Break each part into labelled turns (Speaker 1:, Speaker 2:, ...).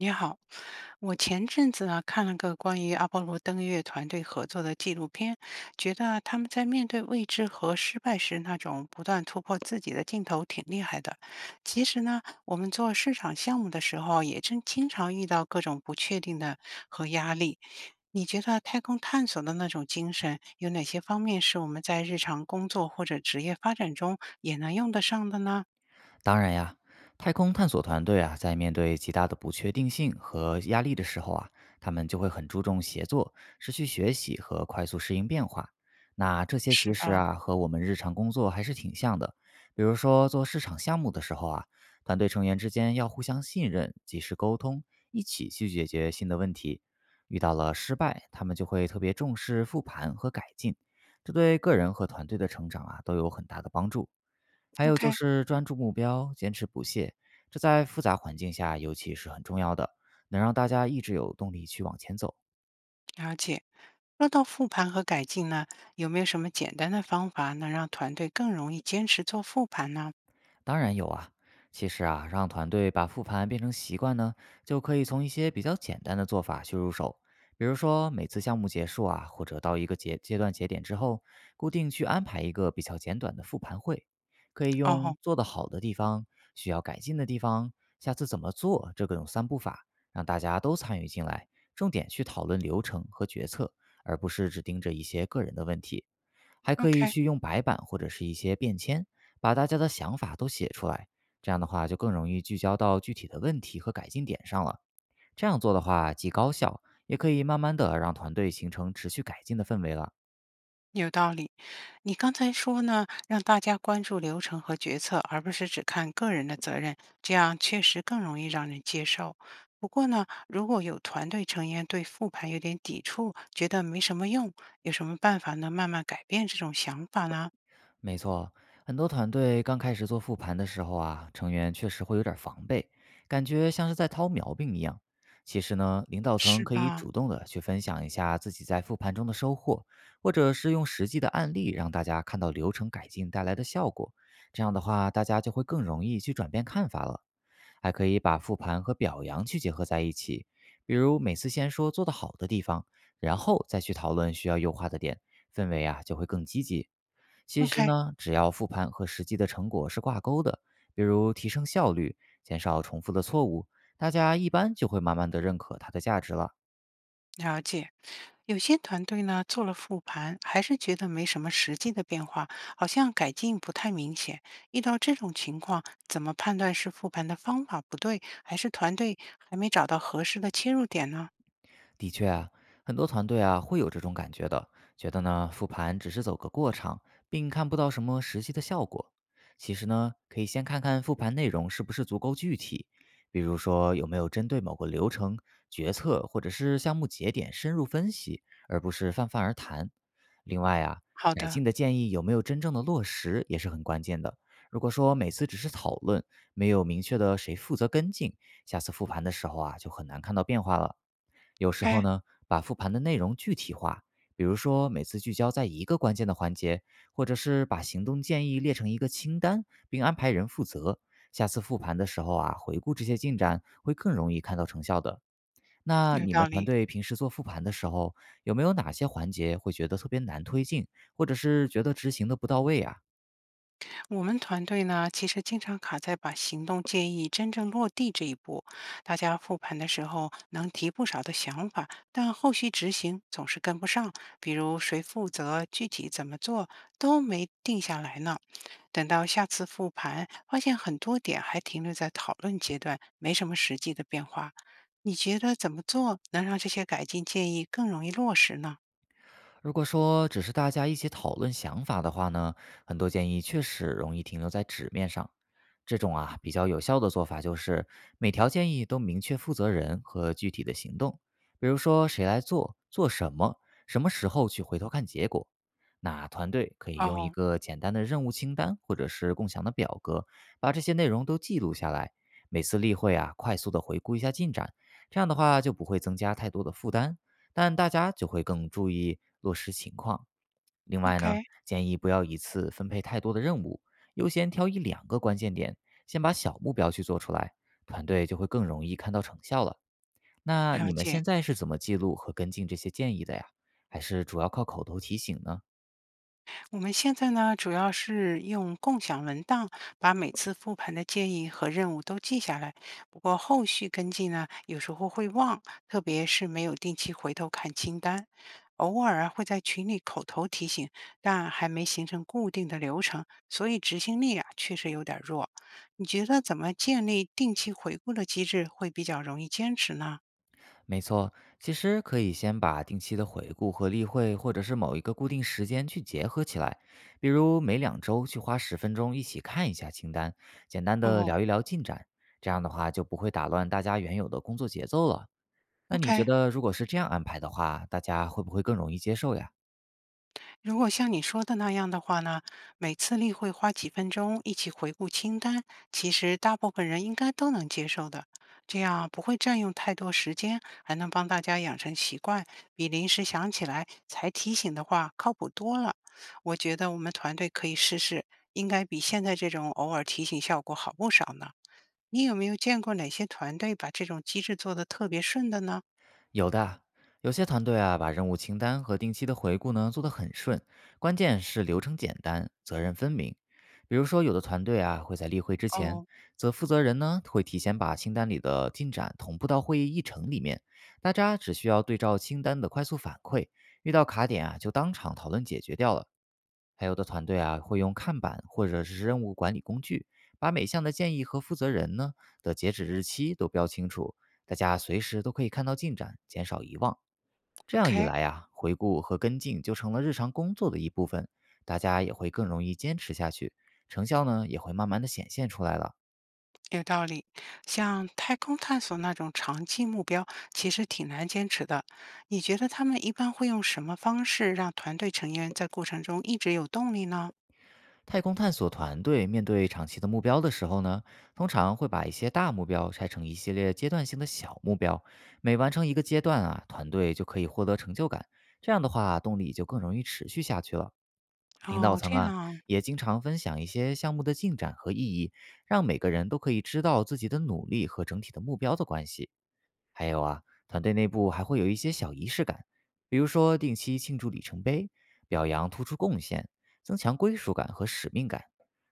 Speaker 1: 你好，我前阵子看了个关于阿波罗登月团队合作的纪录片，觉得他们在面对未知和失败时那种不断突破自己的劲头挺厉害的。其实呢，我们做市场项目的时候啊，也正经常遇到各种不确定的和压力。你觉得太空探索的那种精神，有哪些方面是我们在日常工作或者职业发展中也能用得上的呢？
Speaker 2: 当然呀，太空探索团队啊，在面对极大的不确定性和压力的时候啊，他们就会很注重协作、持续学习和快速适应变化。那这些
Speaker 1: 是
Speaker 2: 其实
Speaker 1: 的
Speaker 2: 啊，和我们日常工作还是挺像的。比如说做市场项目的时候啊，团队成员之间要互相信任，及时沟通，一起去解决新的问题。遇到了失败，他们就会特别重视复盘和改进，这对个人和团队的成长啊都有很大的帮助。还有就
Speaker 1: ，OK，
Speaker 2: 是专注目标，坚持不懈，这在复杂环境下尤其是很重要的，能让大家一直有动力去往前走。
Speaker 1: 了解。说到复盘和改进呢，有没有什么简单的方法能让团队更容易坚持做复盘呢？
Speaker 2: 当然有啊。其实啊，让团队把复盘变成习惯呢，就可以从一些比较简单的做法去入手。比如说，每次项目结束啊，或者到一个节阶段节点之后，固定去安排一个比较简短的复盘会，可以
Speaker 1: 哦
Speaker 2: 用做得好的地方、需要改进的地方、下次怎么做这个种三步法，让大家都参与进来，重点去讨论流程和决策，而不是只盯着一些个人的问题。还可以
Speaker 1: ，OK，
Speaker 2: 去用白板或者是一些便签，把大家的想法都写出来。这样的话，就更容易聚焦到具体的问题和改进点上了。这样做的话，既高效，也可以慢慢的让团队形成持续改进的氛围了。
Speaker 1: 有道理。你刚才说呢，让大家关注流程和决策，而不是只看个人的责任，这样确实更容易让人接受。不过呢，如果有团队成员对复盘有点抵触，觉得没什么用，有什么办法能慢慢改变这种想法呢？
Speaker 2: 没错，很多团队刚开始做复盘的时候啊，成员确实会有点儿防备，感觉像是在掏苗病一样。其实呢，领导
Speaker 1: 是
Speaker 2: 层可以
Speaker 1: 吧
Speaker 2: 主动的去分享一下自己在复盘中的收获，或者是用实际的案例让大家看到流程改进带来的效果。这样的话，大家就会更容易去转变看法了。还可以把复盘和表扬去结合在一起，比如每次先说做得好的地方，然后再去讨论需要优化的点，氛围啊就会更积极。其实
Speaker 1: ？OK，
Speaker 2: 呢，只要复盘和实际的成果是挂钩的，比如提升效率、减少重复的错误，大家一般就会慢慢的认可它的价值了。
Speaker 1: 了解，有些团队呢做了复盘，还是觉得没什么实际的变化，好像改进不太明显。遇到这种情况，怎么判断是复盘的方法不对，还是团队还没找到合适的切入点呢？
Speaker 2: 的确啊，很多团队啊会有这种感觉的，觉得呢复盘只是走个过场，并看不到什么实际的效果。其实呢，可以先看看复盘内容是不是足够具体，比如说有没有针对某个流程、决策或者是项目节点深入分析，而不是泛泛而谈。另外啊，
Speaker 1: 好
Speaker 2: 改
Speaker 1: 的，
Speaker 2: 进的建议有没有真正的落实也是很关键的。如果说每次只是讨论，没有明确的谁负责跟进，下次复盘的时候啊就很难看到变化了。有时候
Speaker 1: 该
Speaker 2: 呢，把复盘的内容具体化，比如说每次聚焦在一个关键的环节，或者是把行动建议列成一个清单，并安排人负责。下次复盘的时候啊，回顾这些进展，会更容易看到成效的。那
Speaker 1: 有
Speaker 2: 你
Speaker 1: 道
Speaker 2: 们团
Speaker 1: 理。
Speaker 2: 队平时做复盘的时候，有没有哪些环节会觉得特别难推进，或者是觉得执行的不到位啊？
Speaker 1: 我们团队呢，其实经常卡在把行动建议真正落地这一步。大家复盘的时候能提不少的想法，但后续执行总是跟不上，比如谁负责、具体怎么做都没定下来呢。等到下次复盘，发现很多点还停留在讨论阶段，没什么实际的变化。你觉得怎么做能让这些改进建议更容易落实呢？
Speaker 2: 如果说只是大家一起讨论想法的话呢，很多建议确实容易停留在纸面上。这种啊，比较有效的做法就是每条建议都明确负责人和具体的行动，比如说谁来做、做什么、什么时候去回头看结果。那团队可以用一
Speaker 1: 哦
Speaker 2: 个简单的任务清单或者是共享的表格，把这些内容都记录下来。每次例会啊，快速的回顾一下进展，这样的话就不会增加太多的负担，但大家就会更注意落实情况。另外呢，
Speaker 1: ，OK，
Speaker 2: 建议不要一次分配太多的任务，优先挑一两个关键点先把小目标去做出来，团队就会更容易看到成效了。那
Speaker 1: 了
Speaker 2: 你们
Speaker 1: 解。
Speaker 2: 现在是怎么记录和跟进这些建议的呀？还是主要靠口头提醒呢？
Speaker 1: 我们现在呢，主要是用共享文档把每次复盘的建议和任务都记下来。不过后续跟进呢，有时候会忘，特别是没有定期回头看清单。偶尔会在群里口头提醒，但还没形成固定的流程，所以执行力确实有点弱。你觉得怎么建立定期回顾的机制会比较容易坚持呢？
Speaker 2: 没错，其实可以先把定期的回顾和例会，或者是某一个固定时间去结合起来，比如每两周去花10分钟一起看一下清单，简单的
Speaker 1: 哦
Speaker 2: 聊一聊进展。这样的话就不会打乱大家原有的工作节奏了。那你觉
Speaker 1: ，OK，
Speaker 2: 得，如果是这样安排的话，大家会不会更容易接受呀？
Speaker 1: 如果像你说的那样的话呢，每次例会花几分钟一起回顾清单，其实大部分人应该都能接受的。这样不会占用太多时间，还能帮大家养成习惯，比临时想起来才提醒的话靠谱多了。我觉得我们团队可以试试，应该比现在这种偶尔提醒效果好不少呢。你有没有见过哪些团队把这种机制做得特别顺的呢？
Speaker 2: 有的，有些团队啊，把任务清单和定期的回顾呢做得很顺，关键是流程简单，责任分明。比如说，有的团队啊会在例会之前，
Speaker 1: 哦
Speaker 2: 则负责人呢会提前把清单里的进展同步到会议议程里面，大家只需要对照清单的快速反馈，遇到卡点啊就当场讨论解决掉了。还有的团队啊，会用看板或者是任务管理工具，把每项的建议和负责人呢的截止日期都标清楚，大家随时都可以看到进展，减少遗忘。这
Speaker 1: ，OK，
Speaker 2: 样一
Speaker 1: o k
Speaker 2: 来呀，回顾和跟进就成了日常工作的一部分，大家也会更容易坚持下去，成效呢也会慢慢的显现出来了。
Speaker 1: 有道理，像太空探索那种长期目标，其实挺难坚持的。你觉得他们一般会用什么方式让团队成员在过程中一直有动力呢？
Speaker 2: 太空探索团队面对长期的目标的时候呢，通常会把一些大目标拆成一系列阶段性的小目标，每完成一个阶段啊，团队就可以获得成就感。这样的话，动力就更容易持续下去了。领导
Speaker 1: 哦，
Speaker 2: 层
Speaker 1: 这样
Speaker 2: 啊，
Speaker 1: 啊
Speaker 2: 也经常分享一些项目的进展和意义，让每个人都可以知道自己的努力和整体的目标的关系。还有啊，团队内部还会有一些小仪式感，比如说定期庆祝里程碑，表扬突出贡献，增强归属感和使命感。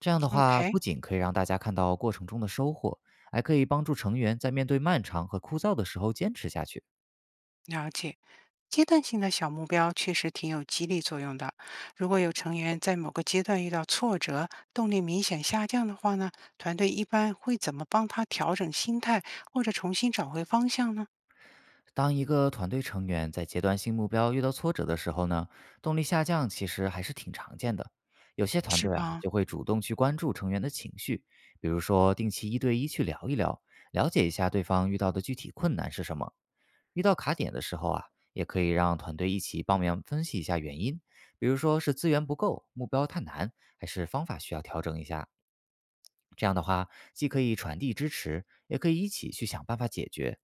Speaker 2: 这样的话，
Speaker 1: ，OK，
Speaker 2: 不仅可以让大家看到过程中的收获，还可以帮助成员在面对漫长和枯燥的时候坚持下去。
Speaker 1: 了解。阶段性的小目标确实挺有激励作用的。如果有成员在某个阶段遇到挫折，动力明显下降的话呢，团队一般会怎么帮他调整心态，或者重新找回方向呢？
Speaker 2: 当一个团队成员在阶段性目标遇到挫折的时候呢，动力下降其实还是挺常见的。有些团
Speaker 1: 是
Speaker 2: 队啊，
Speaker 1: 吧
Speaker 2: 就会主动去关注成员的情绪，比如说定期一对一去聊一聊，了解一下对方遇到的具体困难是什么。遇到卡点的时候啊，也可以让团队一起帮忙分析一下原因，比如说是资源不够、目标太难，还是方法需要调整一下。这样的话，既可以传递支持，也可以一起去想办法解决。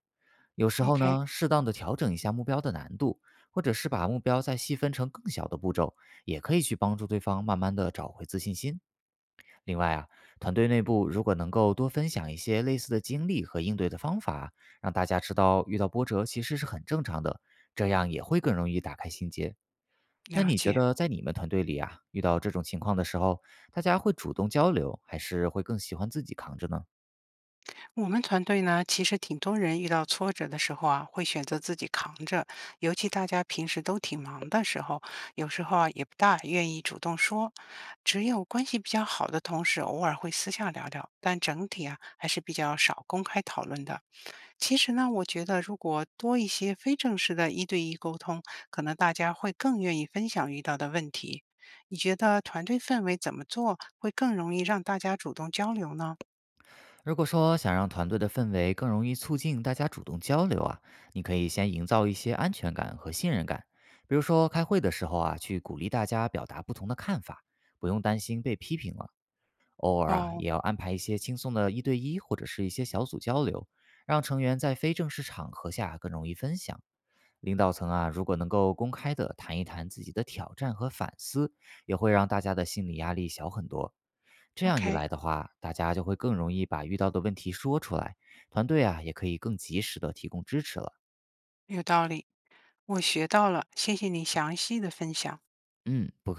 Speaker 2: 有时候
Speaker 1: ？OK，
Speaker 2: 呢，适当的调整一下目标的难度，或者是把目标再细分成更小的步骤，也可以去帮助对方慢慢的找回自信心。另外啊，团队内部如果能够多分享一些类似的经历和应对的方法，让大家知道遇到波折其实是很正常的，这样也会更容易打开心结。那
Speaker 1: 了
Speaker 2: 你觉
Speaker 1: 解。
Speaker 2: 得在你们团队里啊，遇到这种情况的时候，大家会主动交流，还是会更喜欢自己扛着呢？
Speaker 1: 我们团队呢，其实挺多人遇到挫折的时候会选择自己扛着。尤其大家平时都挺忙的时候，有时候也不大愿意主动说。只有关系比较好的同事，偶尔会私下聊聊，但整体还是比较少公开讨论的。其实呢，我觉得如果多一些非正式的一对一沟通，可能大家会更愿意分享遇到的问题。你觉得团队氛围怎么做会更容易让大家主动交流呢？
Speaker 2: 如果说想让团队的氛围更容易促进大家主动交流啊，你可以先营造一些安全感和信任感。比如说开会的时候啊，去鼓励大家表达不同的看法，不用担心被批评了。偶尔啊，
Speaker 1: 哦
Speaker 2: 也要安排一些轻松的一对一或者是一些小组交流，让成员在非正式场合下更容易分享。领导层啊，如果能够公开的谈一谈自己的挑战和反思，也会让大家的心理压力小很多。这样一
Speaker 1: ，OK。
Speaker 2: 来的话，大家就会更容易把遇到的问题说出来，团队啊也可以更及时的提供支持了。
Speaker 1: 有道理，我学到了，谢谢你详细的分享。
Speaker 2: 嗯，不